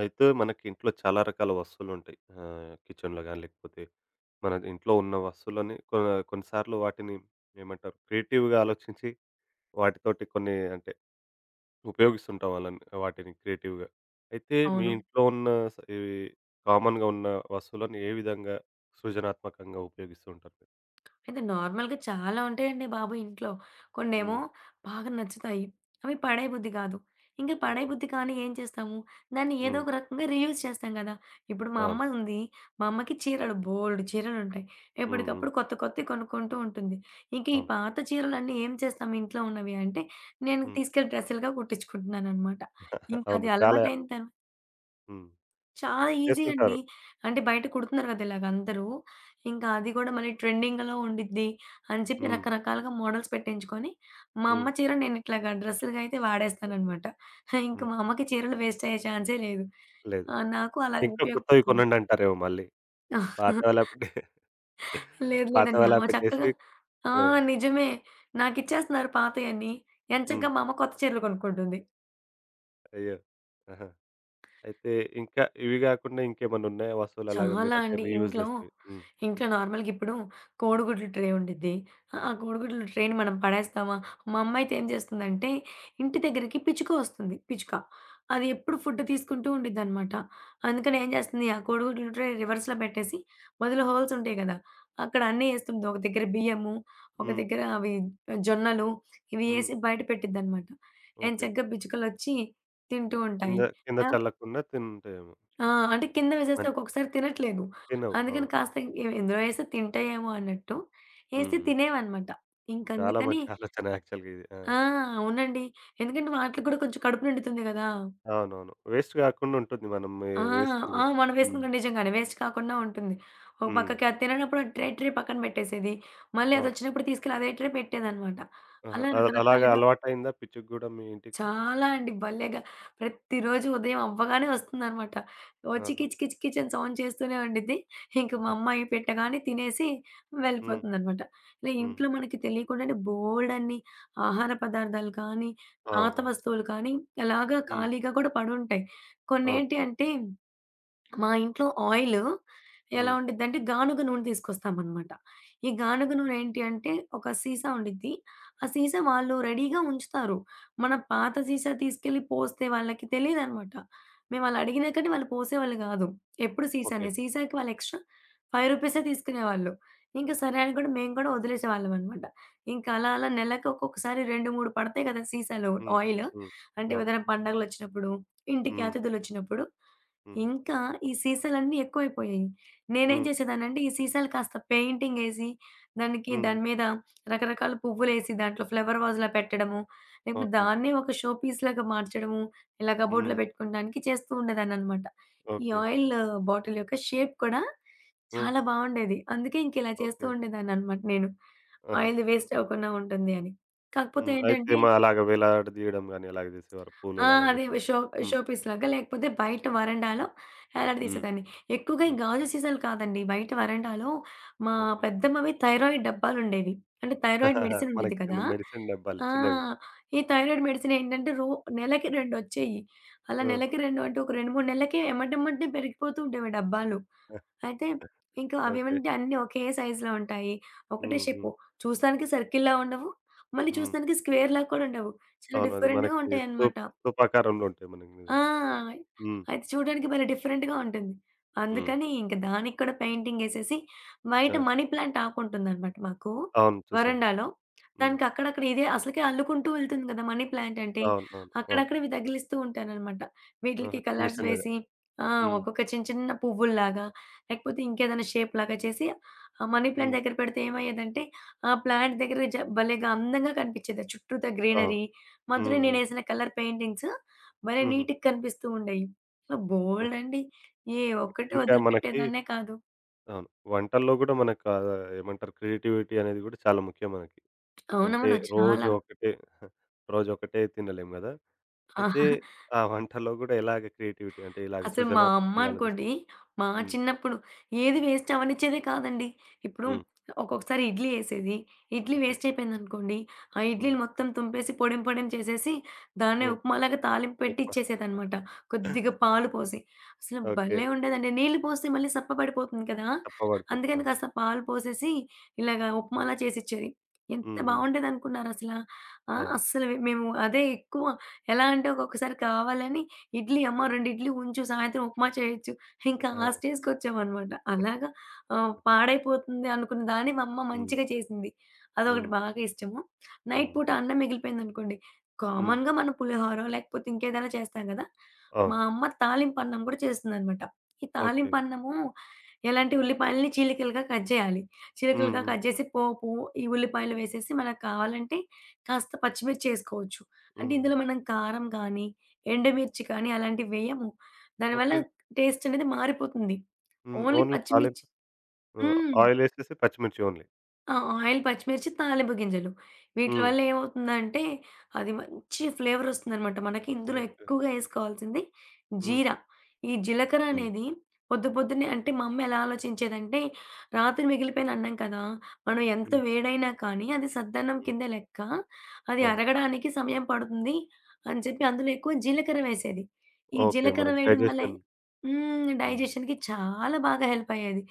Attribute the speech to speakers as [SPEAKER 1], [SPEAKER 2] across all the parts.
[SPEAKER 1] అయితే మనకి ఇంట్లో చాలా రకాల వస్తువులుంటాయి. కిచెన్‌లో గాని, లేకపోతే మన ఇంట్లో ఉన్న వస్తువులని కొన్నిసార్లు వాటిని ఏమంటారు, క్రియేటివ్‌గా ఆలోచించి వాటితోటి కొన్ని అంటే ఉపయోగిస్తుంటాం వాళ్ళని వాటిని క్రియేటివ్‌గా. అయితే మీ
[SPEAKER 2] అవును.
[SPEAKER 1] ఇంట్లో ఉన్న ఇవి కామన్‌గా ఉన్న వస్తువులను ఏ విధంగా సృజనాత్మకంగా ఉపయోగిస్తూ ఉంటారు మీరు?
[SPEAKER 2] అయితే నార్మల్‌గా చాలా ఉంటాయండి బాబు ఇంట్లో. కొన్నేమో
[SPEAKER 1] హ్మ్.
[SPEAKER 2] బాగా నచ్చుతాయి. అవి పడేయబుద్ధి కాదు. ఇంక
[SPEAKER 1] అవును.
[SPEAKER 2] పడేయబుద్ధి కానీ ఏం చేస్తాము? దాన్ని ఏదో
[SPEAKER 1] హ్మ్.
[SPEAKER 2] ఒక రకంగా రీయూజ్ చేస్తాం కదా! ఇప్పుడు మా
[SPEAKER 1] అవును.
[SPEAKER 2] అమ్మ ఉంది. మా అమ్మకి చీరలు బోలెడు చీరలుంటాయి.
[SPEAKER 1] హ్మ్. హ్మ్.
[SPEAKER 2] ఎప్పటికప్పుడు కొత్త కొత్తయి కొనుక్కుంటూ ఉంటుంది. ఇంక ఈ
[SPEAKER 1] అవును.
[SPEAKER 2] పాత చీరలన్నీ ఏం చేస్తాం ఇంట్లో ఉన్నవి అంటే, నేను
[SPEAKER 1] హ్మ్.
[SPEAKER 2] తీసుకెళ్ళి డ్రెస్సులుగా కుట్టించుకుంటున్నాననమాట.
[SPEAKER 1] అవును.
[SPEAKER 2] ఇంకది
[SPEAKER 1] చాలా.
[SPEAKER 2] అలవాటయిన
[SPEAKER 1] హ్మ్.
[SPEAKER 2] చాలా ఈజీ అండి.
[SPEAKER 1] చేస్తుంటారు.
[SPEAKER 2] అంటే బయట
[SPEAKER 1] హ్మ్.
[SPEAKER 2] కుడుతున్నారు కదా! ఇలాగ అందరూ. ఇంకా అది కూడా మళ్ళీ ట్రెండింగ్‌లో ఉండిద్ది అని చెప్పి
[SPEAKER 1] హ్మ్.
[SPEAKER 2] రకరకాలుగా మోడల్స్ పెట్టించుకొని, మా
[SPEAKER 1] హ్మ్.
[SPEAKER 2] అమ్మ చీర నేను ఇట్లాగా డ్రెస్సులుగా అయితే వాడేస్తాననమాట. ఇంక
[SPEAKER 1] హ్మ్.
[SPEAKER 2] మా అమ్మకి చీరలు వేస్ట్ అయ్యే ఛాన్సే లేదు.
[SPEAKER 1] లేదు.
[SPEAKER 2] నాకు అలాగే
[SPEAKER 1] ఇంకా కొత్తవి
[SPEAKER 2] ఉపయోగపడుతుంది.
[SPEAKER 1] కొనండంటారేమో మళ్ళీ. పాతవలా పెట్టే,
[SPEAKER 2] లేదు లేదండి.
[SPEAKER 1] పాతవలా
[SPEAKER 2] ఆమె చక్కగా
[SPEAKER 1] పెట్టేసి.
[SPEAKER 2] ఆ!
[SPEAKER 1] ఆ!
[SPEAKER 2] నిజమే. నాకిచ్చేస్తున్నారు పాతయన్ని.
[SPEAKER 1] హ్మ్.
[SPEAKER 2] ఎంచక్కా మా అమ్మ కొత్త చీరలు కొనుక్కుంటుంది.
[SPEAKER 1] అయ్యో! ఆహా! అయితే ఇంకా ఇవి గాకుండా ఇంకేమన్నున్నాయా వస్తువులలాగా
[SPEAKER 2] చాలా
[SPEAKER 1] మీరంటే
[SPEAKER 2] అండి.
[SPEAKER 1] రీయూజ్
[SPEAKER 2] ఇంట్లో,
[SPEAKER 1] జేసేవి? హ్మ్.
[SPEAKER 2] ఇంట్లో నార్మల్‌గా ఇప్పుడు కోడిగుడ్లు ట్రే ఉండిద్ది. ఆ ఆ కోడిగుడ్లు ట్రేని మనం పడేస్తామా? మా అమ్మ అయితే ఏం చేస్తుందంటే, ఇంటి దగ్గరికి పిచ్చుక వస్తుంది. పిచ్చుక. అది ఎప్పుడు ఫుడ్ తీసుకుంటూ ఉండిద్దనమాట. అందుకని ఏం చేస్తుంది, ఆ కోడిగుడ్లు ట్రే రివర్స్‌లో పెట్టేసి, మధ్యలో హోల్స్ ఉంటాయి కదా! అక్కడ అన్నీ ఏస్తుంది. ఒక దగ్గర బియ్యము, ఒక
[SPEAKER 1] హ్మ్.
[SPEAKER 2] దగ్గర అవి జొన్నలు ఇవి
[SPEAKER 1] హ్మ్.
[SPEAKER 2] ఏసి బయట పెట్టిద్దనమాట.
[SPEAKER 1] ఓకే.
[SPEAKER 2] ఎంచక్కా పిచ్చుకలొచ్చి తింటూ
[SPEAKER 1] కింద
[SPEAKER 2] ఉంటాయి.
[SPEAKER 1] కింద
[SPEAKER 2] ఆ!
[SPEAKER 1] చల్లకుండా తింటాయేమో.
[SPEAKER 2] ఆ! అంటే కింద వేసేస్తే
[SPEAKER 1] మంచి.
[SPEAKER 2] ఒక్కొక్కసారి తినట్లేదు.
[SPEAKER 1] తినవు.
[SPEAKER 2] అందుకని
[SPEAKER 1] అవును.
[SPEAKER 2] కాస్త ఎందులో ఏస్తే తింటాయేమో అన్నట్టు
[SPEAKER 1] హ్మ్.
[SPEAKER 2] ఏసి
[SPEAKER 1] హ్మ్.
[SPEAKER 2] తినేవన్నమాట.
[SPEAKER 1] చాలా
[SPEAKER 2] ఇంకందుకని
[SPEAKER 1] మంచి ఆలోచన యాక్చువల్‌గా ఇది. ఆ!
[SPEAKER 2] ఆ! అవునండి. ఎందుకంటే వాటికి కూడా కొంచెం కడుపు నిండుతుంది గదా!
[SPEAKER 1] అవునవును. వేస్ట్ గాకుండా ఉంటుంది మనం ఏ
[SPEAKER 2] ఆ!
[SPEAKER 1] వేసింది
[SPEAKER 2] ఆ!
[SPEAKER 1] గూడా.
[SPEAKER 2] మనం
[SPEAKER 1] హ్మ్.
[SPEAKER 2] వేసిన నిజంగానే వేస్ట్ కాకుండా ఉంటుంది. ఒక
[SPEAKER 1] హ్మ్.
[SPEAKER 2] పక్కకి అది తిననప్పుడు ఆ ట్రే ట్రే పక్కన పెట్టేసేది. మళ్ళీ
[SPEAKER 1] అవును.
[SPEAKER 2] అదొచ్చినప్పుడు తీసుకెళ్ళి అదే ట్రే పెట్టేదన్నమాట.
[SPEAKER 1] ఆహా!
[SPEAKER 2] అలా
[SPEAKER 1] అలాగా
[SPEAKER 2] రకరకాలుగా
[SPEAKER 1] అలవాటయిందా పిచ్చుకి గూడా మీ ఇంటికి?
[SPEAKER 2] చాలా అండి. భలేగా ప్రతిరోజు ఉదయం అవ్వగానే వస్తుందనమాట. వచ్చి
[SPEAKER 1] ఆహా!
[SPEAKER 2] కిచ్ కిచ్ కిచ్ అని సౌండ్ చేస్తూనే ఉండిద్ది. ఇంక మా అమ్మాయి పెట్టగానే తినేసి
[SPEAKER 1] హ్మ్.
[SPEAKER 2] వెళ్ళిపోతుందనమాట. ఇలా
[SPEAKER 1] హ్మ్.
[SPEAKER 2] ఇంట్లో మనకి తెలియకుండానే బోలెడన్ని ఆహార పదార్థాలు కానీ, పాత
[SPEAKER 1] అవునవును.
[SPEAKER 2] వస్తువులు కానీ అలాగా
[SPEAKER 1] హ్మ్.
[SPEAKER 2] ఖాళీగా కూడా పడుంటాయి.
[SPEAKER 1] అవును.
[SPEAKER 2] కొన్నేంటి అంటే మా ఇంట్లో ఆయిలు ఎలా
[SPEAKER 1] హ్మ్.
[SPEAKER 2] ఉండిద్దంటే గానుగ నూనె తీసుకొస్తామనమాట. ఈ గానుగ నూనె ఏంటి అంటే ఒక సీసా ఉండిద్ది. ఆ సీసా వాళ్ళు రెడీగా ఉంచుతారు. మన పాత సీసా తీసుకెళ్ళి పోస్తే వాళ్ళకి తెలీదనమాట. మేము అలా అడిగినా కానీ వాళ్ళు పోసేవాళ్ళు గాదు. ఎప్పుడు
[SPEAKER 1] ఓకే.
[SPEAKER 2] సీసానే. సీసాకి వాళ్ళు ఎక్స్‌ట్రా రూ. 5 తీసుకునేవాళ్ళు. ఇంకా సరే అని కూడా మేము కూడా వదిలేసేవాళ్ళం అనమాట. ఇంకా అలా అలా నెలకు ఒక్కొక్కసారి 2, 3 పడతాయి కదా! సీసాలు
[SPEAKER 1] హ్మ్.
[SPEAKER 2] ఆయిలు.
[SPEAKER 1] హ్మ్.
[SPEAKER 2] అంటే
[SPEAKER 1] అవును.
[SPEAKER 2] ఏదైనా పండగలొచ్చినప్పుడు, ఇంటికి
[SPEAKER 1] హ్మ్.
[SPEAKER 2] అతిథులొచ్చినప్పుడు
[SPEAKER 1] హుహు.
[SPEAKER 2] ఇంకా ఈ సీసాలన్నీ ఎక్కువైపోయాయి. నేనేం
[SPEAKER 1] హ్మ్.
[SPEAKER 2] చేసేదాన్నంటే, ఈ సీసాలు కాస్త పెయింటింగేసి, దానికి
[SPEAKER 1] హ్మ్.
[SPEAKER 2] దాని మీద రకరకాల పువ్వులేసి, దాంట్లో ఫ్లవర్ వాజ్‌లా పెట్టడము, లేకపోతే
[SPEAKER 1] ఓకే.
[SPEAKER 2] దాన్నే ఒక షో పీస్‌లాగా మార్చడము, ఇలా కబోర్డ్‌లో
[SPEAKER 1] హ్మ్.
[SPEAKER 2] పెట్టుకోడానికి చేస్తూ ఉండేదాన్ననమాట. ఈ
[SPEAKER 1] ఓకే.
[SPEAKER 2] ఆయిల్ బాటిల్ యొక్క షేప్ కూడా
[SPEAKER 1] హ్మ్.
[SPEAKER 2] చాలా బావుండేది. అందుకే ఇంకిలా చేస్తూ
[SPEAKER 1] ఓకే.
[SPEAKER 2] ఉండేదాన్ననమాట నేను.
[SPEAKER 1] ఆహా!
[SPEAKER 2] ఆయిల్‌ది వేస్ట్ అవ్వకుండా ఉంటుంది అని. కాకపోతే
[SPEAKER 1] హ్మ్. అయితే
[SPEAKER 2] ఏంటంటే
[SPEAKER 1] అలాగ వేలాడదీయడం గాని అలాగ చేసేవారు
[SPEAKER 2] ఆ!
[SPEAKER 1] పూలులు అలా
[SPEAKER 2] అదే
[SPEAKER 1] పెట్టి.
[SPEAKER 2] షో
[SPEAKER 1] హ్మ్.
[SPEAKER 2] షో పీస్‌లాగా లేకపోతే బయట వరండాలో
[SPEAKER 1] హ్మ్.
[SPEAKER 2] ఎలాడదీసేదాన్ని. ఎక్కువగా ఈ
[SPEAKER 1] హ్మ్.
[SPEAKER 2] గాజు సీసాలు కాదండి. బయట వరండాలో మా
[SPEAKER 1] ఓకే.
[SPEAKER 2] పెద్దమ్మవి థైరాయిడ్ డబ్బాలుండేవి. అంటే థైరాయిడ్ మెడిసిన్ ఉండిద్ది
[SPEAKER 1] మనకి చిన్న
[SPEAKER 2] కదా!
[SPEAKER 1] మెడిసిన్ డబ్బాలు
[SPEAKER 2] ఆ!
[SPEAKER 1] చిన్నవి.
[SPEAKER 2] ఈ థైరాయిడ్ మెడిసిన్ ఏంటంటే నెలకి 2 వచ్చేయి. అలా
[SPEAKER 1] ఆ!
[SPEAKER 2] నెలకి 2 అంటే ఒక 2, 3 నెలలకే ఎమ్మటెమ్మటనే పెరిగిపోతూ ఉండేవి ఆ డబ్బాలు. అయితే ఇంకా
[SPEAKER 1] ఓకే.
[SPEAKER 2] అవేమంటే అన్నీ ఒకే సైజులో ఉంటాయి. ఒకటే
[SPEAKER 1] హ్మ్.
[SPEAKER 2] షేపు.
[SPEAKER 1] హ్మ్.
[SPEAKER 2] చూస్తానికి సర్కిల్‌లా ఉండవు. మళ్ళీ
[SPEAKER 1] హ్మ్.
[SPEAKER 2] చూస్తానికి స్క్వేర్‌లా కూడా ఉండవు. చాలా
[SPEAKER 1] అవును. అది
[SPEAKER 2] డిఫరెంట్‌గా
[SPEAKER 1] మనకి
[SPEAKER 2] ఉంటాయన్నమాట.
[SPEAKER 1] స్తూపాకారంలో ఉంటాయి మనకి నిజంగా.
[SPEAKER 2] ఆ!
[SPEAKER 1] హ్మ్.
[SPEAKER 2] అది చూడడానికి భలే డిఫరెంట్‌గా ఉంటుంది.
[SPEAKER 1] హ్మ్.
[SPEAKER 2] అందుకని ఇంక దానికి కూడా పెయింటింగేసేసి బయట
[SPEAKER 1] ఆ!
[SPEAKER 2] మనీ ప్లాంట్ ఆకుంటుందనమాట మాకు
[SPEAKER 1] అవును. చూసాను.
[SPEAKER 2] వరండాలో.
[SPEAKER 1] హ్మ్.
[SPEAKER 2] దానికి అక్కడక్కడ ఇదే అసలకే అల్లుకుంటూ వెళ్తుంది కదా! మనీ ప్లాంట్ అంటే.
[SPEAKER 1] అవును. అవును. అవును.
[SPEAKER 2] అక్కడక్కడవి తగిలిస్తూ ఉంటాననమాట. వీటిలకి
[SPEAKER 1] ఆహా! చిన్న
[SPEAKER 2] కలర్స్
[SPEAKER 1] చిన్నగా.
[SPEAKER 2] వేసి ఆ!
[SPEAKER 1] హ్మ్.
[SPEAKER 2] ఒక్కొక్క చిన్న చిన్న పువ్వుల్లాగా, లేకపోతే ఇంకేదైనా షేప్‌లాగా చేసి ఆ మనీ ప్లాంట్
[SPEAKER 1] హ్మ్.
[SPEAKER 2] దగ్గర పెడితే ఏమయ్యేదంటే, ఆ ప్లాంట్ దగ్గర భలేగా అందంగా కనిపించేది. చుట్టూతా
[SPEAKER 1] ఆ!
[SPEAKER 2] గ్రీనరీ,
[SPEAKER 1] హ్మ్.
[SPEAKER 2] మధ్యలో
[SPEAKER 1] హ్మ్.
[SPEAKER 2] నేనేసిన కలర్ పెయింటింగ్స్ భలే
[SPEAKER 1] హుహు.
[SPEAKER 2] నీట్‌గా కనిపిస్తూ ఉండేయి. So,
[SPEAKER 1] okay.
[SPEAKER 2] బోలెడండి. ఏ ఒక్కటి
[SPEAKER 1] ఇంకా మనకి,
[SPEAKER 2] వదిలిపెట్టేదాన్నే కాదు.
[SPEAKER 1] అవును, వంటల్లో గూడా మనకు ఏమంటారు, క్రియేటివిటీ అనేది గూడా చాలా ముఖ్యం మనకి. అంటే
[SPEAKER 2] అవునవును.
[SPEAKER 1] రోజు
[SPEAKER 2] చాలా.
[SPEAKER 1] ఒకటే రోజు ఒకటే తినలేము గదా! అయితే ఆ వంటల్లో గూడా ఎలాగ క్రియేటివిటీ అంటే ఇలాగ
[SPEAKER 2] అసలు మా అమ్మ
[SPEAKER 1] సృజనాత్మకంగా
[SPEAKER 2] అనుకోండి,
[SPEAKER 1] ఆలోచిస్తాం?
[SPEAKER 2] మా
[SPEAKER 1] హ్మ్.
[SPEAKER 2] చిన్నప్పుడు ఏది వేస్ట్ అవ్వనిచ్చేదే కాదండి. ఇప్పుడు
[SPEAKER 1] హ్మ్.
[SPEAKER 2] ఒక్కొక్కసారి ఇడ్లీ ఏసేది. ఇడ్లీ
[SPEAKER 1] ఓకే.
[SPEAKER 2] వేస్ట్ అయిపోయిందనుకోండి, ఆ
[SPEAKER 1] హ్మ్.
[SPEAKER 2] ఇడ్లీని మొత్తం తుంపేసి పొడిం పొడిం చేసేసి, దాన్నే
[SPEAKER 1] హ్మ్.
[SPEAKER 2] ఉప్మాలాగా తాలింపు పెట్టి
[SPEAKER 1] గొప్ప.
[SPEAKER 2] ఇచ్చేసేదనమాట. కొద్దిగా పాలు పోసి. అసలు
[SPEAKER 1] ఓకే.
[SPEAKER 2] భలే ఉండేదండి. నీళ్ళు పోస్తే మళ్ళీ సప్పబడిపోతుంది కదా! అందుకని
[SPEAKER 1] చప్పబడిపోతున్నాను.
[SPEAKER 2] కాస్త పాలు పోసేసి ఇలాగ ఉప్మాలా చేసిచ్చేది. ఎంత
[SPEAKER 1] హ్మ్. హ్మ్.
[SPEAKER 2] బావుండేదనుకున్నారసలా? ఆ!
[SPEAKER 1] అవును.
[SPEAKER 2] అస్సలు మేము అదే ఎక్కువ ఎలా అంటే ఒక్కొక్కసారి కావాలని ఇడ్లీ అమ్మ 2 ఇడ్లీ ఉంచు సాయంత్రం ఉప్మా చేయొచ్చు. ఇంకా ఆ
[SPEAKER 1] ఆ!
[SPEAKER 2] స్టేజ్‌కొచ్చామనమాట. అలాగా పాడైపోతుంది అనుకున్న దాన్ని మా అమ్మ
[SPEAKER 1] హ్మ్.
[SPEAKER 2] మంచిగా చేసింది. అదొకటి
[SPEAKER 1] హ్మ్.
[SPEAKER 2] బాగా ఇష్టము. నైట్
[SPEAKER 1] హ్మ్.
[SPEAKER 2] పూట అన్నం మిగిలిపోయిందనుకోండి,
[SPEAKER 1] హ్మ్.
[SPEAKER 2] కామన్‌గా మనం పులిహోరో లేకపోతే ఇంకేదైనా చేస్తాం గదా! మా
[SPEAKER 1] అవును.
[SPEAKER 2] అమ్మ తాలింపన్నం గూడా చేస్తుందనమాట. ఈ
[SPEAKER 1] ఓకే.
[SPEAKER 2] తాలింపన్నము ఎలాంటి ఉల్లిపాయలని చీలికలుగా కట్ జేయాలి.
[SPEAKER 1] హ్మ్.
[SPEAKER 2] చీలికలుగా
[SPEAKER 1] హ్మ్.
[SPEAKER 2] కట్ జేసి పోపు, ఈ ఉల్లిపాయలు వేసేసి మనకు కావాలంటే కాస్త పచ్చిమిర్చి ఏసుకోవచ్చు. అంటే
[SPEAKER 1] హ్మ్. హ్మ్.
[SPEAKER 2] ఇందులో మనం కారం గానీ, ఎండుమిర్చి కానీ అలాంటివి వేయము. దానివల్ల
[SPEAKER 1] ఓకే.
[SPEAKER 2] టేస్ట్ అనేది మారిపోతుంది.
[SPEAKER 1] హ్మ్.
[SPEAKER 2] ఓన్లీ
[SPEAKER 1] ఓన్లీ
[SPEAKER 2] పచ్చిమిర్చి
[SPEAKER 1] తాలింపు. హ్మ్.
[SPEAKER 2] హ్మ్.
[SPEAKER 1] ఆయిలేసేసి పచ్చిమిర్చి ఓన్లీ.
[SPEAKER 2] ఆ! ఆయిల్, పచ్చిమిర్చి, తాలింపు గింజలు. వీటిల
[SPEAKER 1] హ్మ్.
[SPEAKER 2] వల్ల ఏమవుతుందంటే, అది మంచి ఫ్లేవరొస్తుందనమాట. మనకి ఇందులో
[SPEAKER 1] ఓకే.
[SPEAKER 2] ఎక్కువగా ఏసుకోవాల్సింది
[SPEAKER 1] హ్మ్.
[SPEAKER 2] జీరా. ఈ జీలకర్ర
[SPEAKER 1] హ్మ్.
[SPEAKER 2] అనేది పొద్దు పొద్దున్నే అంటే మా అమ్మ ఎలా ఆలోచించేదంటే, రాత్రి మిగిలిపోయిన అన్నం కదా! మనం ఎంత
[SPEAKER 1] హ్మ్.
[SPEAKER 2] వేడైనా కానీ అది సద్దన్నం
[SPEAKER 1] హ్మ్.
[SPEAKER 2] కింద లెక్క. అది
[SPEAKER 1] అవును.
[SPEAKER 2] అరగడానికి సమయం పడుతుంది అని చెప్పి అందులో ఎక్కువ జీలకర్ర వేసేది. ఈ
[SPEAKER 1] ఓకే.
[SPEAKER 2] జీలకర్ర
[SPEAKER 1] మనకి
[SPEAKER 2] వేయడం వల్ల
[SPEAKER 1] డైజెషన్.
[SPEAKER 2] హ్మ్.
[SPEAKER 1] హ్మ్.
[SPEAKER 2] డైజెషన్‌కి చాలా బాగా హెల్ప్ అయ్యేది.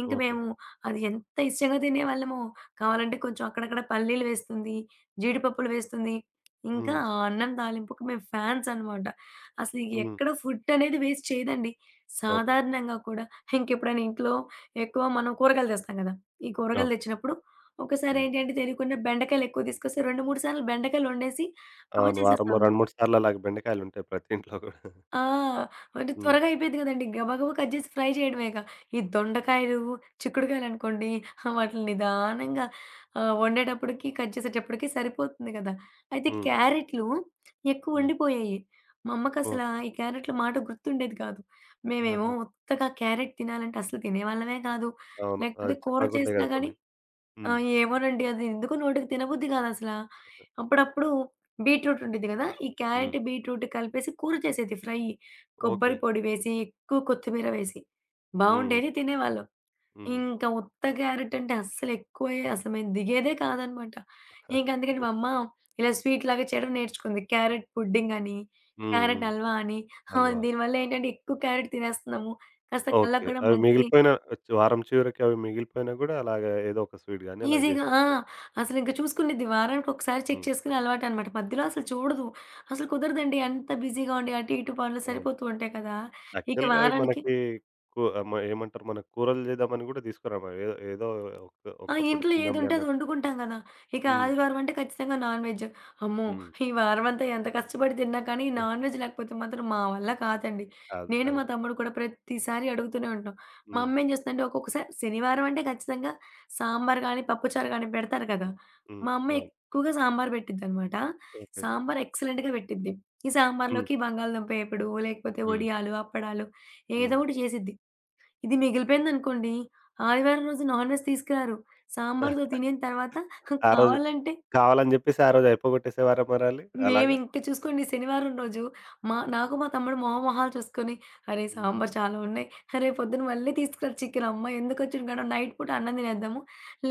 [SPEAKER 2] ఇంక
[SPEAKER 1] ఓకే.
[SPEAKER 2] మేము అది ఎంత ఇష్టంగా తినేవాళ్ళమో. కావాలంటే కొంచెం అక్కడక్కడ పల్లీలు వేస్తుంది, జీడిపప్పులు వేస్తుంది. ఇంకా
[SPEAKER 1] హ్మ్.
[SPEAKER 2] ఆ
[SPEAKER 1] హ్మ్.
[SPEAKER 2] అన్నం తాలింపుకి మేము ఫాన్స్ అన్నమాట. అసలు ఇంక
[SPEAKER 1] హ్మ్.
[SPEAKER 2] ఎక్కడ ఫుడ్ అనేది వేస్ట్ చేయదండి.
[SPEAKER 1] ఓకే.
[SPEAKER 2] సాధారణంగా కూడా ఇంకెప్పుడైనా ఇంట్లో ఎక్కువ మనం కూరగాయలు తెస్తాం కదా! ఈ కూరగాయలు
[SPEAKER 1] అవును.
[SPEAKER 2] తెచ్చినప్పుడు ఒకసారి
[SPEAKER 1] హ్మ్.
[SPEAKER 2] ఏంటి అంటే తెలియకుండా బెండకాయలు ఎక్కువ తీసుకొస్తే 2, 3 సార్లు బెండకాయలు వండేసి
[SPEAKER 1] అవును. వారంలో
[SPEAKER 2] చేసేస్తాము.
[SPEAKER 1] 2, 3 సార్లు అలాగ బెండకాయలుంటాయి ప్రతి ఇంట్లో గూడా.
[SPEAKER 2] ఆ! అంటే
[SPEAKER 1] హ్మ్.
[SPEAKER 2] త్వరగా అయిపోద్ది గదండీ. గబగబా కట్ జేసి ఫ్రై చేయడమేగా. ఈ దొండకాయలు, చిక్కుడుకాయలనుకోండి వాటిని నిదానంగా వండేటప్పటికి, కట్ చేసేటప్పటికి సరిపోతుంది గదా! అయితే
[SPEAKER 1] హ్మ్.
[SPEAKER 2] క్యారెట్లు ఎక్కువ
[SPEAKER 1] హ్మ్.
[SPEAKER 2] ఉండిపోయాయి. మా అమ్మకసలా
[SPEAKER 1] ఓకే.
[SPEAKER 2] ఈ క్యారెట్ల మాట గుర్తుండేది కాదు. మేమేమో
[SPEAKER 1] ఆహా!
[SPEAKER 2] ఉత్తగా క్యారెట్ తినాలంటే అసలు తినేవాళ్ళమే కాదు.
[SPEAKER 1] అవును.
[SPEAKER 2] లేకపోతే
[SPEAKER 1] అవి
[SPEAKER 2] కూర
[SPEAKER 1] చప్పకుంటాయి
[SPEAKER 2] చేసినా
[SPEAKER 1] గదా,
[SPEAKER 2] గాని
[SPEAKER 1] కొన్ని.
[SPEAKER 2] ఆ!
[SPEAKER 1] హ్మ్.
[SPEAKER 2] ఏమోనండి. అది ఎందుకో నోటికి తినబుద్ధి కాదసల.
[SPEAKER 1] ఓకే.
[SPEAKER 2] అప్పుడప్పుడు బీట్రూట్ ఉండిద్ది కదా! ఈ క్యారెట్,
[SPEAKER 1] హ్మ్.
[SPEAKER 2] బీట్రూట్ కలిపేసి కూర చేసేది ఫ్రై.
[SPEAKER 1] ఓకే.
[SPEAKER 2] కొబ్బరి పొడి వేసి, ఎక్కువ కొత్తిమీర వేసి.
[SPEAKER 1] హ్మ్. హ్మ్.
[SPEAKER 2] బావుండేది తినేవాళ్ళం.
[SPEAKER 1] హుహు.
[SPEAKER 2] ఇంకా ఉత్త క్యారెట్ అంటే అస్సలు ఎక్కువే అసలు మేము దిగేదే కాదనమాట. ఇంక అందుకని
[SPEAKER 1] హ్మ్.
[SPEAKER 2] మా అమ్మ ఇలా స్వీట్ లాగా చేయడం నేర్చుకుంది. క్యారెట్ పుడ్డింగ్ అని,
[SPEAKER 1] హ్మ్.
[SPEAKER 2] క్యారెట్
[SPEAKER 1] హ్మ్.
[SPEAKER 2] హల్వా అని. ఆ!
[SPEAKER 1] హల్వా.
[SPEAKER 2] దీనివల్ల ఏంటంటే ఎక్కువ క్యారెట్ తినేస్తున్నాము. కాస్త కళ్ళకి
[SPEAKER 1] ఓకే.
[SPEAKER 2] కూడా
[SPEAKER 1] అవి
[SPEAKER 2] మంచిది
[SPEAKER 1] మిగిలిపోయిన వారం చివరికి అవి మిగిలిపోయినా గూడా అలాగే ఏదో ఒక స్వీట్ గాని అలాగ
[SPEAKER 2] ఈజీగా ఆ!
[SPEAKER 1] జేసేసుకునేవారు.
[SPEAKER 2] అసలింక చూసుకునిద్ది. వారానికొకసారి చెక్
[SPEAKER 1] హ్మ్.
[SPEAKER 2] చేసుకునే అలవాటనమాట. మధ్యలో అసలు చూడదు. అసలు కుదరదండి. అంత బిజీగా ఉండి అటు ఇటు పనులు
[SPEAKER 1] అవును.
[SPEAKER 2] సరిపోతూ ఉంటాయి కదా! ఇక
[SPEAKER 1] యాక్చువల్‌గా అవి
[SPEAKER 2] వారానికి
[SPEAKER 1] మనకి ఆహ్, మ ఏమంటారు, మన కూరలు చేద్దామని గూడా తీసుకురాము. ఏదో ఏదో
[SPEAKER 2] ఆ!
[SPEAKER 1] ఒకప్పుడు
[SPEAKER 2] ఇంట్లో
[SPEAKER 1] తిందాంలే
[SPEAKER 2] ఏదుంటే అది
[SPEAKER 1] అన్నట్టు.
[SPEAKER 2] వండుకుంటాం గదా! ఇక
[SPEAKER 1] హ్మ్.
[SPEAKER 2] ఆదివారం అంటే ఖచ్చితంగా నాన్ వెజ్. అమ్మో!
[SPEAKER 1] హ్మ్.
[SPEAKER 2] ఈ వారమంతా ఎంత కష్టపడి తిన్నా కానీ ఈ నాన్ వెజ్ లేకపోతే మాత్రం మా వల్ల కాదండి.
[SPEAKER 1] కాదు,
[SPEAKER 2] నేను, మా
[SPEAKER 1] కాదు.
[SPEAKER 2] తమ్ముడు కూడా ప్రతిసారి అడుగుతూనే ఉంటాం. మా
[SPEAKER 1] హ్మ్.
[SPEAKER 2] అమ్మ ఏం చేస్తుందంటే ఒక్కొక్కసారి శనివారం అంటే ఖచ్చితంగా సాంబార్ గానీ, పప్పుచారు గానీ పెడతారు
[SPEAKER 1] హ్మ్.
[SPEAKER 2] కదా!
[SPEAKER 1] హ్మ్. హ్మ్.
[SPEAKER 2] మా అమ్మ
[SPEAKER 1] అవును.
[SPEAKER 2] ఎక్కువగా సాంబార్ పెట్టిద్దనమాట.
[SPEAKER 1] ఓకే.
[SPEAKER 2] సాంబార్ ఎక్సలెంట్‌గా పెట్టిద్ది. ఈ
[SPEAKER 1] హ్మ్.
[SPEAKER 2] సాంబార్‌లోకి బంగాళదుంప ఏపుడు, లేకపోతే
[SPEAKER 1] హ్మ్.
[SPEAKER 2] వడియాలు, అప్పడాలు ఏదో
[SPEAKER 1] హ్మ్.
[SPEAKER 2] ఒకటి చేసిద్ది. ఇది మిగిలిపోయిందనుకోండి, ఆదివారం రోజు నాన్ వెజ్ తీసుకురారు. సాంబార్‌తో తినిన తర్వాత
[SPEAKER 1] ఆ రోజు
[SPEAKER 2] కావాలంటే
[SPEAKER 1] కావాలని జెప్పేసి ఆ రోజు అయిపోగొట్టేసేవారా మరళ్ళీ అలాగా?
[SPEAKER 2] మేమింక చూసుకోండి శనివారం రోజు నాకు మా తమ్ముడు మొహమొహాలు చూసుకొని, "అరే!
[SPEAKER 1] హ్మ్.
[SPEAKER 2] సాంబార్ చాలా ఉన్నాయి. రేపు పొద్దున మళ్ళీ తీసుకురా చికెన్. అమ్మ ఎందుకొచ్చిన గొడవ నైట్ పూట అన్నం తినేద్దాము.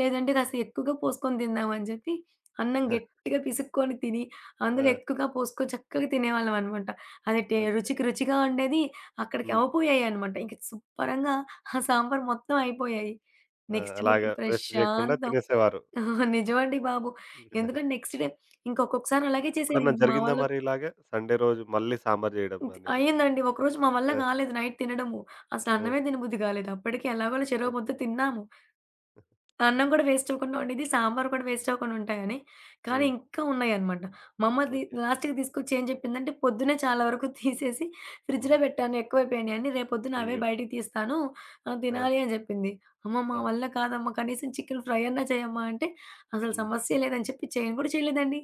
[SPEAKER 2] లేదంటే కాస్త ఎక్కువగా పోసుకొని తిందాం" అని చెప్పి అన్నం గట్టిగా పిసుక్కొని తిని, అందులో
[SPEAKER 1] ఆ!
[SPEAKER 2] ఎక్కువగా పోసుకొని చక్కగా తినేవాళ్ళం అనమాట. అది
[SPEAKER 1] ఓకే.
[SPEAKER 2] రుచికి రుచిగా ఉండేది. అక్కడికి
[SPEAKER 1] హ్మ్.
[SPEAKER 2] అవ్వపోయాయనమాట. ఇంక శుభ్రంగా ఆ సాంబార్ మొత్తం అయిపోయాయి.
[SPEAKER 1] ఆ!
[SPEAKER 2] నెక్స్ట్ డేకి
[SPEAKER 1] అలాగా వేస్ట్ జేయకుండా
[SPEAKER 2] ప్రశాంతం.
[SPEAKER 1] తినేసేవారు.
[SPEAKER 2] ఆహా! నిజమండి బాబు. ఎందుకంటే నెక్స్ట్ డే ఇంకొక్కొక్కసారి అలాగే చేసేది.
[SPEAKER 1] ఎప్పుడన్నా
[SPEAKER 2] ఇంక మా
[SPEAKER 1] జరిగిందా
[SPEAKER 2] వల్ల
[SPEAKER 1] మరి ఇలాగ? సండే రోజు మళ్ళీ సాంబార్ జేయడం అనేది?
[SPEAKER 2] అయిందండి. ఒకరోజు మా వల్ల
[SPEAKER 1] ఆ!
[SPEAKER 2] గాలేదు నైట్ తినడము. అసలు
[SPEAKER 1] ఆ!
[SPEAKER 2] అన్నమే తినబుద్ధి గాలేదు. అప్పటికి ఎలాగోలా చెరో ముద్ద
[SPEAKER 1] ఓకే.
[SPEAKER 2] తిన్నాము. అన్నం కూడా వేస్ట్ అవ్వకుండా ఉండిద్ది. సాంబార్ కూడా వేస్ట్ అవ్వకుండా ఉంటాయని. కానీ
[SPEAKER 1] హ్మ్.
[SPEAKER 2] ఇంకా ఉన్నాయన్నమాట. మా అమ్మ ది
[SPEAKER 1] ఓకే.
[SPEAKER 2] లాస్ట్‌కి తీసుకొచ్చి ఏం చెప్పిందంటే, పొద్దున్నే చాలా వరకు తీసేసి ఫ్రిడ్జ్‌లో
[SPEAKER 1] హ్మ్.
[SPEAKER 2] పెట్టాను ఎక్కువైపోయినాయని. రేపొద్దున అవే
[SPEAKER 1] చెయ్యవు.
[SPEAKER 2] బయటికి తీస్తాను
[SPEAKER 1] ఆ!
[SPEAKER 2] తినాలి అని చెప్పింది. అమ్మ మా
[SPEAKER 1] ఆ!
[SPEAKER 2] వల్ల కాదమ్మా కనీసం చికెన్ ఫ్రై అన్నా చేయమ్మా అంటే, అసలు
[SPEAKER 1] హ్మ్.
[SPEAKER 2] సమస్య లేదని చెప్పి చేయను కూడా చేయలేదండి.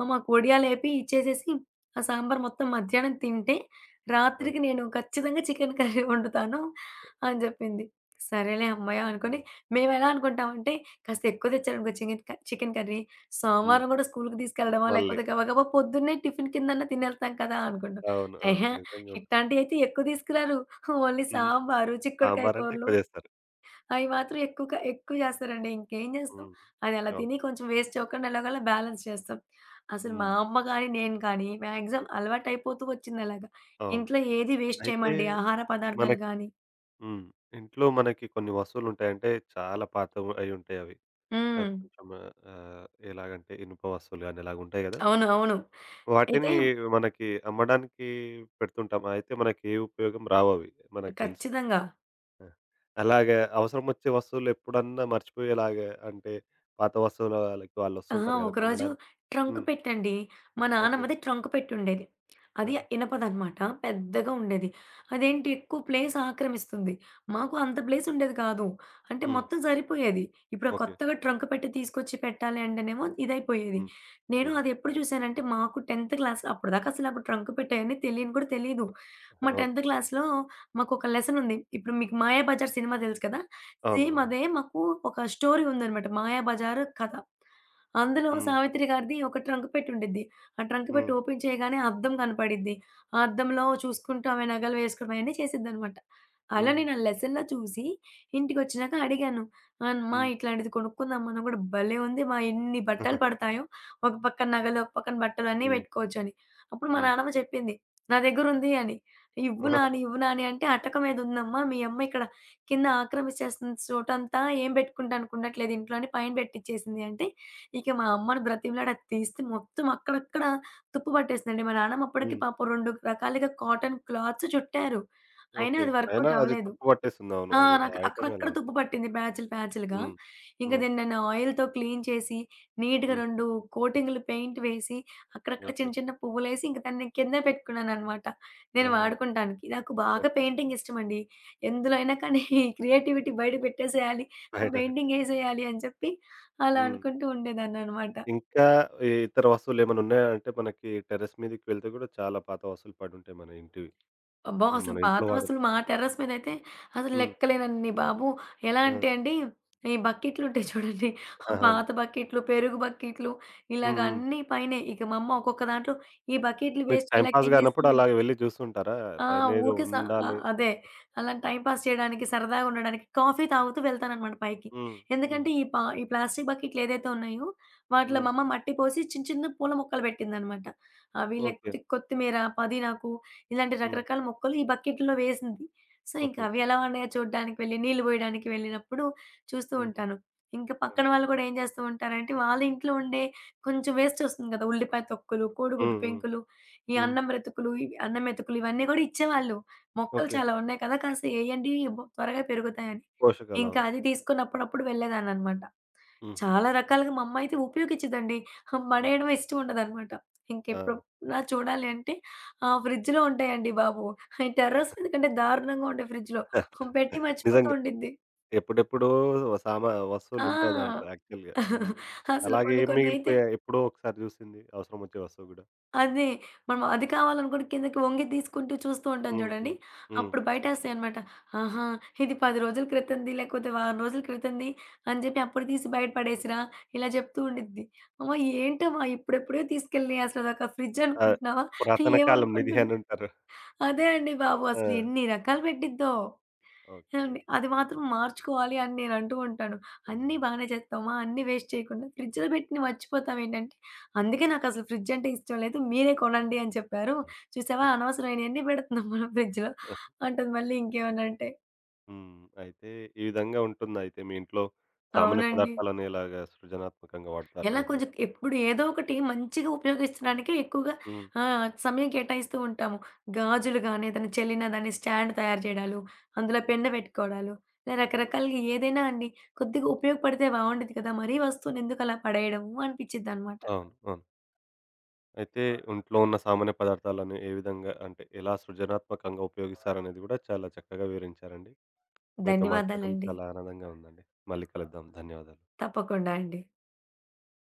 [SPEAKER 2] మాకు వడియాలేపి ఇచ్చేసేసి, ఆ సాంబార్ మొత్తం మధ్యాహ్నం తింటే,
[SPEAKER 1] ఆ!
[SPEAKER 2] రాత్రికి నేను ఖచ్చితంగా చికెన్ కర్రీ వండుతాను అని చెప్పింది. సరేలే హమ్మయ్య! అనుకోని
[SPEAKER 1] హ్మ్.
[SPEAKER 2] మేమెలా అనుకుంటామంటే, కాస్త ఎక్కువ తెచ్చారనుకో చికెన్ చికెన్ కర్రీ,
[SPEAKER 1] హ్మ్.
[SPEAKER 2] సోమవారం గూడా స్కూలుకి
[SPEAKER 1] హ్మ్.
[SPEAKER 2] తీసుకెళ్ళడమా,
[SPEAKER 1] మళ్ళీ.
[SPEAKER 2] లేకపోతే గబగబా పొద్దున్నే టిఫిన్ కిందన్నా తినేస్తాం కదా అనుకుంటాం.
[SPEAKER 1] అవును, అవును,
[SPEAKER 2] ఎహే!
[SPEAKER 1] నిజంగా ఉంటుంది.
[SPEAKER 2] ఇట్టాంటియయితే ఎక్కువ తీసుకురారు. ఓన్లీ
[SPEAKER 1] హ్మ్.
[SPEAKER 2] సాంబారు, చిక్కుడుకాయ
[SPEAKER 1] సాంబారంటే
[SPEAKER 2] కూరలు
[SPEAKER 1] ఎక్కువ చేస్తారు.
[SPEAKER 2] అవి మాత్రం ఎక్కువగా ఎక్కువ చేస్తారండి. ఇంకేం చేస్తాం,
[SPEAKER 1] హ్మ్.
[SPEAKER 2] అదలా
[SPEAKER 1] అవును.
[SPEAKER 2] తిని కొంచెం వేస్ట్ అవ్వకుండా ఎలాగోలా బ్యాలెన్స్ చేస్తాం. అసలు మా
[SPEAKER 1] హ్మ్.
[SPEAKER 2] అమ్మ గాని, నేను కానీ మాక్సిమం అలవాటయిపోతూ వచ్చిందలాగా.
[SPEAKER 1] అవును.
[SPEAKER 2] ఇంట్లో ఏది వేస్ట్
[SPEAKER 1] అయితే
[SPEAKER 2] చేయమండి ఆహార పదార్థాలు
[SPEAKER 1] మనకి,
[SPEAKER 2] గాని.
[SPEAKER 1] హ్మ్, ఇంట్లో మనకి కొన్ని వస్తువులుంటాయి. అంటే చాలా పాతవి అయ్యుంటాయి అవి.
[SPEAKER 2] హ్మ్.
[SPEAKER 1] కొంచెం, ఆహ్, ఎలాగంటే ఇనుప వస్తువులు గానీ ఇలాగుంటాయి గదా!
[SPEAKER 2] అవును. అవును. అయితే
[SPEAKER 1] వాటిని మనకి అమ్మడానికి పెడుతుంటాం. అయితే మనకి ఏ ఉపయోగం రావవి మనకు తెలుసు.
[SPEAKER 2] ఖచ్చితంగా.
[SPEAKER 1] ఆ! అలాగా అవసరమొచ్చే వస్తువులెప్పుడన్నా మర్చిపోయేలాగా అంటే పాత వస్తువులకి
[SPEAKER 2] ఆ!
[SPEAKER 1] వాళ్ళొస్తుంటారు గదా,
[SPEAKER 2] ఒకరోజు
[SPEAKER 1] కొనడానికి.
[SPEAKER 2] ట్రంక్
[SPEAKER 1] హ్మ్.
[SPEAKER 2] పెట్టండి. మా
[SPEAKER 1] ఓకే.
[SPEAKER 2] నానమ్మది ట్రంక్ పెట్టుండేది. అది
[SPEAKER 1] ఆహా!
[SPEAKER 2] ఇనపదనమాట. పెద్దగా ఉండేది. అదేంటి ఎక్కువ ప్లేస్ ఆక్రమిస్తుంది. మాకు అంత ప్లేస్ ఉండేది కాదు. అంటే
[SPEAKER 1] హ్మ్.
[SPEAKER 2] మొత్తం సరిపోయేది. ఇప్పుడు
[SPEAKER 1] ఓకే.
[SPEAKER 2] కొత్తగా ట్రంక్ పెట్టి తీసుకొచ్చి పెట్టాలి అంటేనేమో ఇదైపోయేది.
[SPEAKER 1] హ్మ్.
[SPEAKER 2] నేను
[SPEAKER 1] హుహు.
[SPEAKER 2] అది ఎప్పుడు చూసానంటే మాకు 10థ్ క్లాస్ అప్పటిదాకా అసలు నాకు ట్రంక్ పెట్టేయని తెలియని కూడా తెలీదు. మా
[SPEAKER 1] ఓకే.
[SPEAKER 2] 10థ్ క్లాస్‌లో మాకొక లెసన్ ఉంది. ఇప్పుడు మీకు 'మాయాబజార్' సినిమా తెలుసు కదా!
[SPEAKER 1] అవును,
[SPEAKER 2] సేమ్
[SPEAKER 1] అవును.
[SPEAKER 2] అదే మాకు ఒక స్టోరీ ఉందనమాట. 'మాయాబజార్' కథ. అందులో
[SPEAKER 1] హ్మ్.
[SPEAKER 2] 'సావిత్రి' గారిది ఒక ట్రంక్ పెట్టి ఉండిద్ది. ఆ ట్రంక్ పెట్టి
[SPEAKER 1] హ్మ్.
[SPEAKER 2] ఓపెన్ చేయగానే అద్దం కనపడిద్ది. ఆ అద్దంలో చూసుకుంటూ ఆమె నగలు వేసుకోవడం అయన్నీ చేసిద్దనమాట. అలా
[SPEAKER 1] హుహు.
[SPEAKER 2] నేను ఆ లెసన్‌లో చూసి ఇంటికొచ్చినాక అడిగాను. "అమ్మా
[SPEAKER 1] హ్మ్.
[SPEAKER 2] ఇట్లాంటిది కొనుక్కుందాం మనం కూడా భలే ఉంది మా ఇన్ని బట్టలు పడతాయో! ఒక పక్కన నగలు, ఒక పక్కన బట్టలు అన్నీ
[SPEAKER 1] హ్మ్.
[SPEAKER 2] పెట్టుకోవచ్చు" అని. అప్పుడు మా
[SPEAKER 1] హ్మ్.
[SPEAKER 2] నానమ్మ చెప్పింది. "నా దగ్గరుంది" అని. "ఇవ్వు నాని, ఇవ్వు నాని" అంటే "అటక మీద ఉందమ్మా. మీ అమ్మ ఇక్కడ కింద ఆక్రమించేస్తున్న చోటంతా ఏం పెట్టుకుంటానికి ఉండట్లేదు ఇంట్లో" అని పైన పెట్టిచ్చేసింది. అంటే ఇక మా అమ్మని బ్రతిమలాడి అది తీస్తే మొత్తం అక్కడక్కడ తుప్పు పట్టేసిందండి. మా నాన్నమ్మ అప్పటికి
[SPEAKER 1] హ్మ్.
[SPEAKER 2] పాపం 2 రకాలుగా కాటన్ క్లాత్స్ చుట్టారు. అయినా
[SPEAKER 1] ఓకే.
[SPEAKER 2] అది
[SPEAKER 1] అయినా
[SPEAKER 2] వర్కౌట్
[SPEAKER 1] అది
[SPEAKER 2] అవ్వలేదు.
[SPEAKER 1] తుప్పు పట్టేస్తుంది. అవును.
[SPEAKER 2] ఆ!
[SPEAKER 1] అది ఆ
[SPEAKER 2] నాకు
[SPEAKER 1] ఐటెమే అలా
[SPEAKER 2] అక్కడక్కడ తుప్పు
[SPEAKER 1] ఉంటుంది.
[SPEAKER 2] పట్టింది ప్యాచులు, ప్యాచులుగా.
[SPEAKER 1] హ్మ్.
[SPEAKER 2] ఇంక
[SPEAKER 1] హ్మ్.
[SPEAKER 2] దీన్ని నేను ఆయిల్‌తో క్లీన్ చేసి, నీట్‌గా
[SPEAKER 1] హ్మ్.
[SPEAKER 2] 2 కోటింగ్‌లు పెయింట్ వేసి, అక్కడక్కడ
[SPEAKER 1] ఓకే.
[SPEAKER 2] చిన్న చిన్న పువ్వులేసి, ఇంక దాన్ని కింద పెట్టుకున్నాననమాట. నేను
[SPEAKER 1] ఆహా!
[SPEAKER 2] వాడుకుంటానికి. నాకు బాగా
[SPEAKER 1] ఓకే.
[SPEAKER 2] పెయింటింగ్ ఇష్టమండి. ఎందులో అయినా కానీ క్రియేటివిటీ బయట పెట్టేసేయాలి.
[SPEAKER 1] బయట
[SPEAKER 2] పెయింటింగ్
[SPEAKER 1] పెట్టేసారు.
[SPEAKER 2] ఏసేయాలి అని చెప్పి అలా
[SPEAKER 1] హ్మ్.
[SPEAKER 2] అనుకుంటూ ఉండేదాన్ననమాట.
[SPEAKER 1] ఇంకా ఇతర వస్తువులేమన్నా ఉన్నాయా? అంటే మనకి టెర్రస్ మీదకి వెళ్తే గూడా చాలా పాత వస్తువులు పడుంటాయి మన ఇంటివి.
[SPEAKER 2] అబ్బా!
[SPEAKER 1] ఆహ్,
[SPEAKER 2] అసలు
[SPEAKER 1] మన
[SPEAKER 2] పాత
[SPEAKER 1] ఇంట్లో వాడే.
[SPEAKER 2] వస్తువులు మా టెర్రస్ మీదయితే అసలు
[SPEAKER 1] హ్మ్.
[SPEAKER 2] లెక్కలేనన్ని బాబు. ఎలా
[SPEAKER 1] ఆ!
[SPEAKER 2] అంటే అండి, ఈ బకెట్లుంటాయి చూడండి. ఆ
[SPEAKER 1] ఆ! అవును.
[SPEAKER 2] పాత బకెట్లు, పెరుగు బకెట్లు ఇలాగ
[SPEAKER 1] హ్మ్. హ్మ్.
[SPEAKER 2] అన్నీ పైనే. ఇక మా అమ్మ ఒక్కొక్క దాంట్లో ఈ బకెట్లు
[SPEAKER 1] మీకు
[SPEAKER 2] వేస్ట్
[SPEAKER 1] టైమ్
[SPEAKER 2] చేయలేక
[SPEAKER 1] పాస్
[SPEAKER 2] ఏం
[SPEAKER 1] గానప్పుడు
[SPEAKER 2] చేస్తుంది
[SPEAKER 1] అలాగ వెళ్లి చూస్తుంటారా?
[SPEAKER 2] ఆ!
[SPEAKER 1] పైనేదో
[SPEAKER 2] ఊరికే స
[SPEAKER 1] ఉందా?
[SPEAKER 2] అ
[SPEAKER 1] లే,
[SPEAKER 2] అదే. అలా టైమ్ పాస్ చేయడానికి, సరదాగా ఉండడానికి కాఫీ తాగుతూ వెళ్తాననమాట పైకి.
[SPEAKER 1] హ్మ్. హ్మ్.
[SPEAKER 2] ఎందుకంటే ఈ ఈ ప్లాస్టిక్ బకెట్లు ఏదైతే ఉన్నాయో, వాటిలో
[SPEAKER 1] హ్మ్.
[SPEAKER 2] మా అమ్మ మట్టి పోసి చిన్న చిన్న పూల మొక్కలు పెట్టిందనమాట. అవి
[SPEAKER 1] ఓకే.
[SPEAKER 2] లేకపోతే కొత్తిమీర, పుదీనాకు ఇలాంటి
[SPEAKER 1] హ్మ్.
[SPEAKER 2] రకరకాల మొక్కలు ఈ బకెట్‌లో వేసింది. సో, ఇంక
[SPEAKER 1] ఓకే.
[SPEAKER 2] అవి ఎలా ఉన్నాయో చూడ్డానికి వెళ్ళి, నీళ్ళు పోయడానికి వెళ్ళినప్పుడు చూస్తూ
[SPEAKER 1] హుహు.
[SPEAKER 2] ఉంటాను. ఇంకా పక్కన
[SPEAKER 1] ఓకే.
[SPEAKER 2] వాళ్ళు కూడా ఏం చేస్తూ ఉంటారంటే, వాళ్ళ ఇంట్లో ఉండే కొంచెం వేస్ట్ వస్తుంది కదా! ఉల్లిపాయ తొక్కులు, కోడిగుడ్డు
[SPEAKER 1] హ్మ్. హ్మ్.
[SPEAKER 2] పెంకులు ఈ
[SPEAKER 1] హ్మ్.
[SPEAKER 2] అన్నం బ్రతుకులు, ఇవి అన్నం మెతుకులు ఇవన్నీ గూడా ఇచ్చేవాళ్ళు. మొక్కలు
[SPEAKER 1] ఓకే.
[SPEAKER 2] చాలా ఉన్నాయి కదా! కాస్త ఎయ్యండి త్వరగా పెరుగుతాయని.
[SPEAKER 1] పోషకాలు.
[SPEAKER 2] ఇంకా
[SPEAKER 1] అవును.
[SPEAKER 2] అది తీసుకొని అప్పుడప్పుడు వెళ్ళేదాన్ననమాట.
[SPEAKER 1] హుహు.
[SPEAKER 2] చాలా రకాలుగా మా అమ్మ అయితే ఉపయోగించిద్దండి.
[SPEAKER 1] ఓకే.
[SPEAKER 2] పడేయడం ఇష్టం ఉండదనమాట.
[SPEAKER 1] ఆ!
[SPEAKER 2] ఇంకెప్పుడన్నా చూడాలి అంటే ఫ్రిడ్జ్‌లో ఉంటాయండి బాబు. ఈ టెర్రస్ మీద కంటే దారుణంగా ఉంటాయి ఫ్రిడ్జ్‌లో. పెట్టి మర్చిపోతూ
[SPEAKER 1] నిజంగా.
[SPEAKER 2] ఉండిద్ది.
[SPEAKER 1] ఎప్పుడెప్పుడో వస్తువులుంటాయి దాంట్లో
[SPEAKER 2] ఆ!
[SPEAKER 1] యాక్చువల్‌గా. హ్మ్.
[SPEAKER 2] అసలు
[SPEAKER 1] అలాగే
[SPEAKER 2] కొన్ని
[SPEAKER 1] ఏం
[SPEAKER 2] కొన్నయితే
[SPEAKER 1] మిగిలిపోయాయి ఎప్పుడో ఒకసారి జూసింది అవసరం ఒచ్చే వస్తువు గూడా.
[SPEAKER 2] అదే. మనం అది కావాలనుకోని కిందకి వంగి తీసుకుంటూ చూస్తూ ఉంటాం
[SPEAKER 1] హ్మ్.
[SPEAKER 2] చూడండి.
[SPEAKER 1] హ్మ్. హ్మ్.
[SPEAKER 2] అప్పుడు బయటేస్తాయనమాట. ఆహా! ఇది 10 రోజుల క్రితంది, లేకపోతే వారం రోజుల క్రితంది అని చెప్పి అప్పుడు తీసి బయట పడేసిరా ఇలా చెప్తూ ఉండిద్ది. అమ్మ! ఏంటమ్మా ఇప్పుడెప్పుడే తీసుకెళ్ళినయి అసలదొక ఫ్రిడ్జ్
[SPEAKER 1] అదే,
[SPEAKER 2] అనుకుంటున్నావా?
[SPEAKER 1] పురాతన కాలం నిధి
[SPEAKER 2] ఏమనుకుంటున్నావు?
[SPEAKER 1] అని అంటారు.
[SPEAKER 2] అదే అండి బాబు.
[SPEAKER 1] ఆ!
[SPEAKER 2] అసలు ఎన్ని రకాలు పెట్టిద్దో.
[SPEAKER 1] ఓకే.
[SPEAKER 2] ఏవండి అది మాత్రం మార్చుకోవాలి అని నేను అంటూ ఉంటాను. అన్నీ
[SPEAKER 1] హుహు.
[SPEAKER 2] బానే చేస్తామా? అన్నీ వేస్ట్ చేయకుండా ఫ్రిడ్జ్‌లో పెట్టినవి మర్చిపోతావేంటంటే, అందుకే నాకసలు ఫ్రిడ్జ్ అంటే ఇష్టం లేదు. మీరే కొనండి అని చెప్పారు.
[SPEAKER 1] హ్మ్.
[SPEAKER 2] చూసావా అనవసరమైనయన్నీ పెడుతున్నాం మనం ఫ్రిడ్జ్‌లో
[SPEAKER 1] హ్మ్.
[SPEAKER 2] అంటది మళ్ళీ ఇంకేమన్నా అంటే.
[SPEAKER 1] హ్మ్. అయితే ఈ విధంగా ఉంటుందయితే మీ ఇంట్లో సామాన్య
[SPEAKER 2] అవునండి.
[SPEAKER 1] పదార్థాలను ఎలాగా సృజనాత్మకంగా
[SPEAKER 2] ఎలా
[SPEAKER 1] వాడతారనేది
[SPEAKER 2] కొంచెం
[SPEAKER 1] గూడా.
[SPEAKER 2] ఎప్పుడు ఏదో ఒకటి మంచిగా ఉపయోగించడానికే ఎక్కువగా
[SPEAKER 1] హ్మ్.
[SPEAKER 2] సమయం కేటాయిస్తూ ఉంటాము. గాజులు గాని, ఏదైనా చెల్లిన దాన్ని స్టాండ్ తయారు చేయడాలు, అందులో పెండ పెట్టుకోవడాలు, ఇలా రకరకాలుగా ఏదైనా అండి. కొద్దిగా ఉపయోగపడితే బావుండేది కదా! మరీ వస్తువుని ఎందుకలా పడేయడము అనిపిచ్చిద్దనమాట.
[SPEAKER 1] అవును, అవును. అయితే ఇంట్లో ఉన్న సామాన్య పదార్థాలను ఏ విధంగా అంటే ఎలా సృజనాత్మకంగా ఉపయోగిస్తారనేది గూడా చాలా చక్కగా వివరించారండి. మీతో మాట్లాడడం
[SPEAKER 2] ధన్యవాదాలండి.
[SPEAKER 1] చాలా ఆనందంగా ఉందండి. మళ్ళీ కలుద్దాం. ధన్యవాదాలు.
[SPEAKER 2] తప్పకుండా అండి.